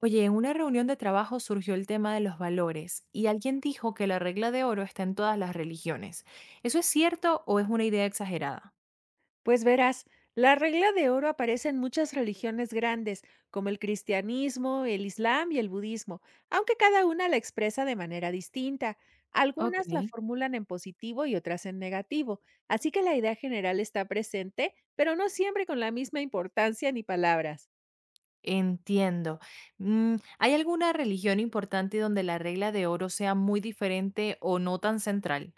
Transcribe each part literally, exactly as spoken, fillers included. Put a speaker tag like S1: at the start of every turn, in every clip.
S1: Oye, en una reunión de trabajo surgió el tema de los valores y alguien dijo que la regla de oro está en todas las religiones. ¿Eso es cierto o es una idea exagerada?
S2: Pues verás, la regla de oro aparece en muchas religiones grandes, como el cristianismo, el islam y el budismo, aunque cada una la expresa de manera distinta.
S1: Ok,
S2: Algunas la formulan en positivo y otras en negativo, así que la idea general está presente, pero no siempre con la misma importancia ni palabras.
S1: entiendo. Mm, ¿Hay alguna religión importante donde la regla de oro sea muy diferente o no tan central?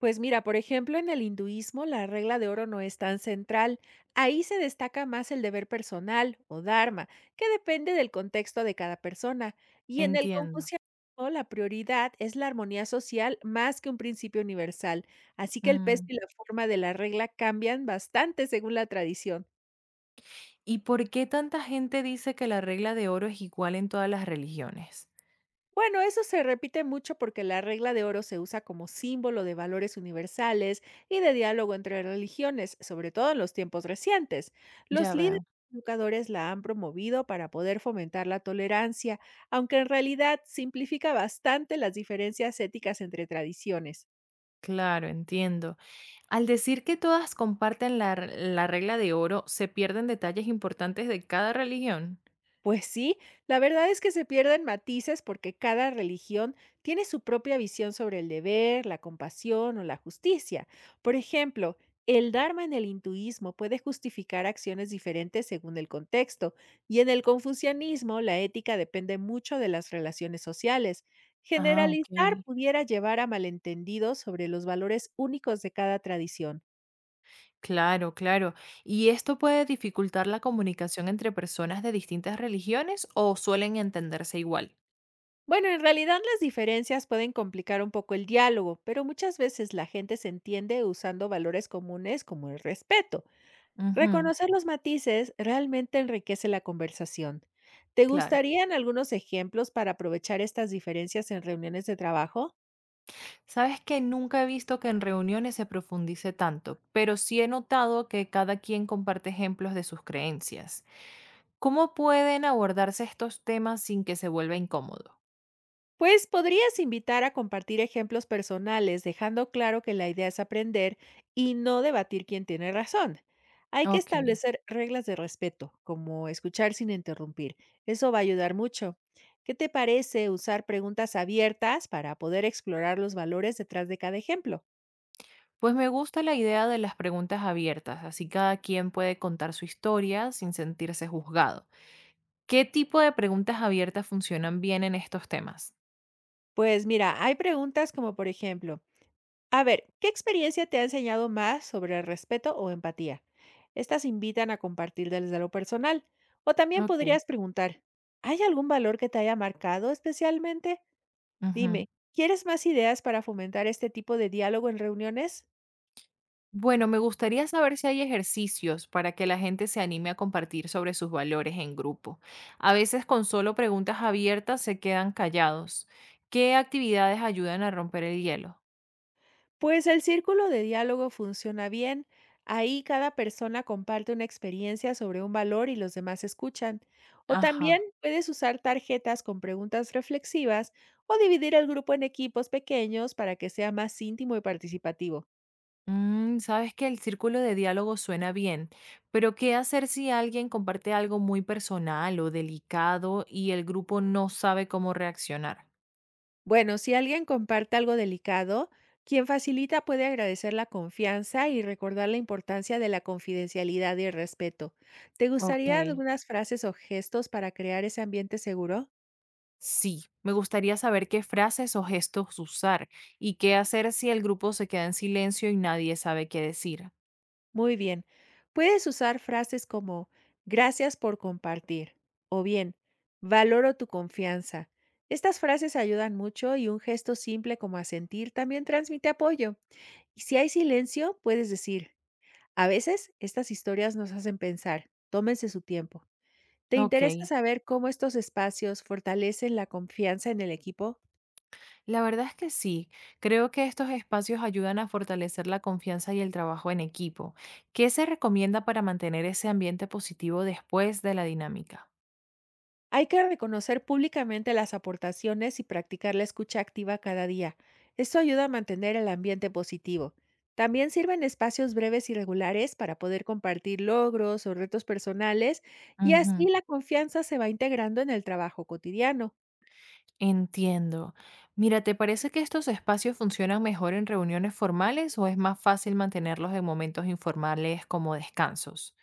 S2: Pues mira, por ejemplo, en el hinduismo la regla de oro no es tan central. Ahí se destaca más el deber personal o dharma, que depende del contexto de cada persona. Y en el
S1: Entiendo.
S2: confucianismo la prioridad es la armonía social más que un principio universal. Así que el peso
S1: Mm.
S2: y la forma de la regla cambian bastante según la tradición.
S1: ¿Y por qué tanta gente dice que la regla de oro es igual en todas las religiones?
S2: Bueno, eso se repite mucho porque la regla de oro se usa como símbolo de valores universales y de diálogo entre religiones, sobre todo en los tiempos recientes. Los
S1: Ya
S2: líderes
S1: veo.
S2: y educadores la han promovido para poder fomentar la tolerancia, aunque en realidad simplifica bastante las diferencias éticas entre tradiciones.
S1: Claro, entiendo. Al decir que todas comparten la, r- la regla de oro, ¿se pierden detalles importantes de cada religión?
S2: Pues sí, la verdad es que se pierden matices porque cada religión tiene su propia visión sobre el deber, la compasión o la justicia. Por ejemplo, el Dharma en el hinduismo puede justificar acciones diferentes según el contexto, y en el confucianismo la ética depende mucho de las relaciones sociales.
S1: Ah, ok.
S2: Generalizar pudiera llevar a malentendidos sobre los valores únicos de cada tradición.
S1: Claro, claro. ¿Y esto puede dificultar la comunicación entre personas de distintas religiones o suelen entenderse igual?
S2: Bueno, en realidad las diferencias pueden complicar un poco el diálogo, pero muchas veces la gente se entiende usando valores comunes como el respeto.
S1: Ujú,
S2: Reconocer los matices realmente enriquece la conversación. ¿Te
S1: claro.
S2: gustarían algunos ejemplos para aprovechar estas diferencias en reuniones de trabajo?
S1: Sabes que nunca he visto que en reuniones se profundice tanto, pero sí he notado que cada quien comparte ejemplos de sus creencias. ¿Cómo pueden abordarse estos temas sin que se vuelva incómodo?
S2: Pues podrías invitar a compartir ejemplos personales, dejando claro que la idea es aprender y no debatir quién tiene razón. Hay que
S1: Ok.
S2: establecer reglas de respeto, como escuchar sin interrumpir. Eso va a ayudar mucho. ¿Qué te parece usar preguntas abiertas para poder explorar los valores detrás de cada ejemplo?
S1: Pues me gusta la idea de las preguntas abiertas, así cada quien puede contar su historia sin sentirse juzgado. ¿Qué tipo de preguntas abiertas funcionan bien en estos temas?
S2: Pues mira, hay preguntas como por ejemplo, a ver, ¿qué experiencia te ha enseñado más sobre el respeto o empatía? Estas invitan a compartir desde lo personal. O también
S1: Ok.
S2: podrías preguntar, ¿hay algún valor que te haya marcado especialmente?
S1: Ujú.
S2: Dime, ¿quieres más ideas para fomentar este tipo de diálogo en reuniones?
S1: Bueno, me gustaría saber si hay ejercicios para que la gente se anime a compartir sobre sus valores en grupo. A veces con solo preguntas abiertas se quedan callados. ¿Qué actividades ayudan a romper el hielo?
S2: Pues el círculo de diálogo funciona bien. Ahí cada persona comparte una experiencia sobre un valor y los demás escuchan. O también
S1: Ajá.
S2: puedes usar tarjetas con preguntas reflexivas o dividir el grupo en equipos pequeños para que sea más íntimo y participativo.
S1: Mm, sabes que el círculo de diálogo suena bien, pero ¿qué hacer si alguien comparte algo muy personal o delicado y el grupo no sabe cómo reaccionar?
S2: Bueno, si alguien comparte algo delicado, quien facilita puede agradecer la confianza y recordar la importancia de la confidencialidad y el respeto. ¿Te
S1: Ok,
S2: gustarían algunas frases o gestos para crear ese ambiente seguro?
S1: sí, me gustaría saber qué frases o gestos usar y qué hacer si el grupo se queda en silencio y nadie sabe qué decir.
S2: Muy bien. Puedes usar frases como gracias por compartir o bien valoro tu confianza. Estas frases ayudan mucho y un gesto simple como asentir también transmite apoyo. Y si hay silencio, puedes decir, a veces estas historias nos hacen pensar, tómense su tiempo. ¿Te
S1: Ok,
S2: interesa saber cómo estos espacios fortalecen la confianza en el equipo?
S1: la verdad es que sí, creo que estos espacios ayudan a fortalecer la confianza y el trabajo en equipo. ¿Qué se recomienda para mantener ese ambiente positivo después de la dinámica?
S2: Hay que reconocer públicamente las aportaciones y practicar la escucha activa cada día. Esto ayuda a mantener el ambiente positivo. También sirven espacios breves y regulares para poder compartir logros o retos personales y así
S1: Ujú.
S2: la confianza se va integrando en el trabajo cotidiano.
S1: Entiendo. Mira, ¿te parece que estos espacios funcionan mejor en reuniones formales o es más fácil mantenerlos en momentos informales como descansos?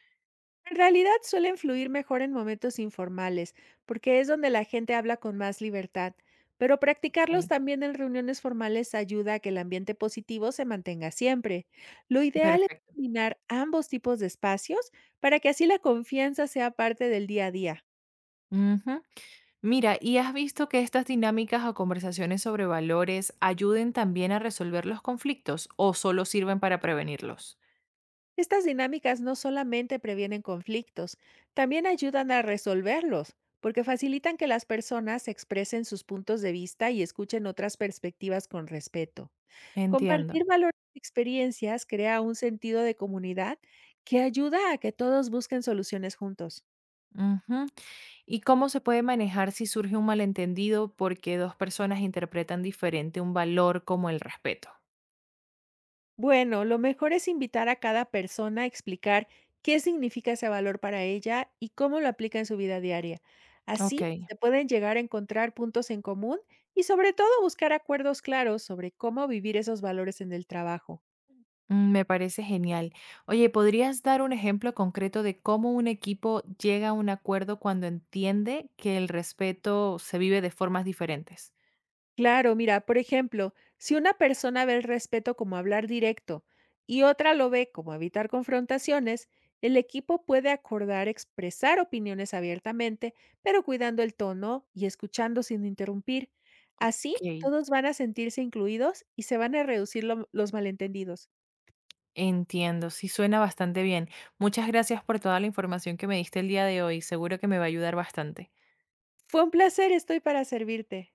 S2: En realidad suelen fluir mejor en momentos informales, porque es donde la gente habla con más libertad, pero practicarlos
S1: Ok,
S2: también en reuniones formales ayuda a que el ambiente positivo se mantenga siempre. Lo ideal es
S1: perfecto.
S2: combinar ambos tipos de espacios para que así la confianza sea parte del día a día.
S1: Ujú. Mira, ¿y has visto que estas dinámicas o conversaciones sobre valores ayuden también a resolver los conflictos o solo sirven para prevenirlos?
S2: Estas dinámicas no solamente previenen conflictos, también ayudan a resolverlos, porque facilitan que las personas expresen sus puntos de vista y escuchen otras perspectivas con respeto.
S1: Entiendo.
S2: Compartir valores y experiencias crea un sentido de comunidad que ayuda a que todos busquen soluciones juntos.
S1: Ujú. ¿Y cómo se puede manejar si surge un malentendido porque dos personas interpretan diferente un valor como el respeto?
S2: Bueno, lo mejor es invitar a cada persona a explicar qué significa ese valor para ella y cómo lo aplica en su vida diaria.
S1: Ok.
S2: Así se pueden llegar a encontrar puntos en común y sobre todo buscar acuerdos claros sobre cómo vivir esos valores en el trabajo.
S1: Mm, Me parece genial. Oye, ¿podrías dar un ejemplo concreto de cómo un equipo llega a un acuerdo cuando entiende que el respeto se vive de formas diferentes?
S2: Claro, mira, por ejemplo, si una persona ve el respeto como hablar directo y otra lo ve como evitar confrontaciones, el equipo puede acordar expresar opiniones abiertamente, pero cuidando el tono y escuchando sin interrumpir. Así,
S1: Ok,
S2: todos van a sentirse incluidos y se van a reducir lo- los malentendidos.
S1: entiendo, sí suena bastante bien. Muchas gracias por toda la información que me diste el día de hoy. Seguro que me va a ayudar bastante.
S2: Fue un placer, estoy para servirte.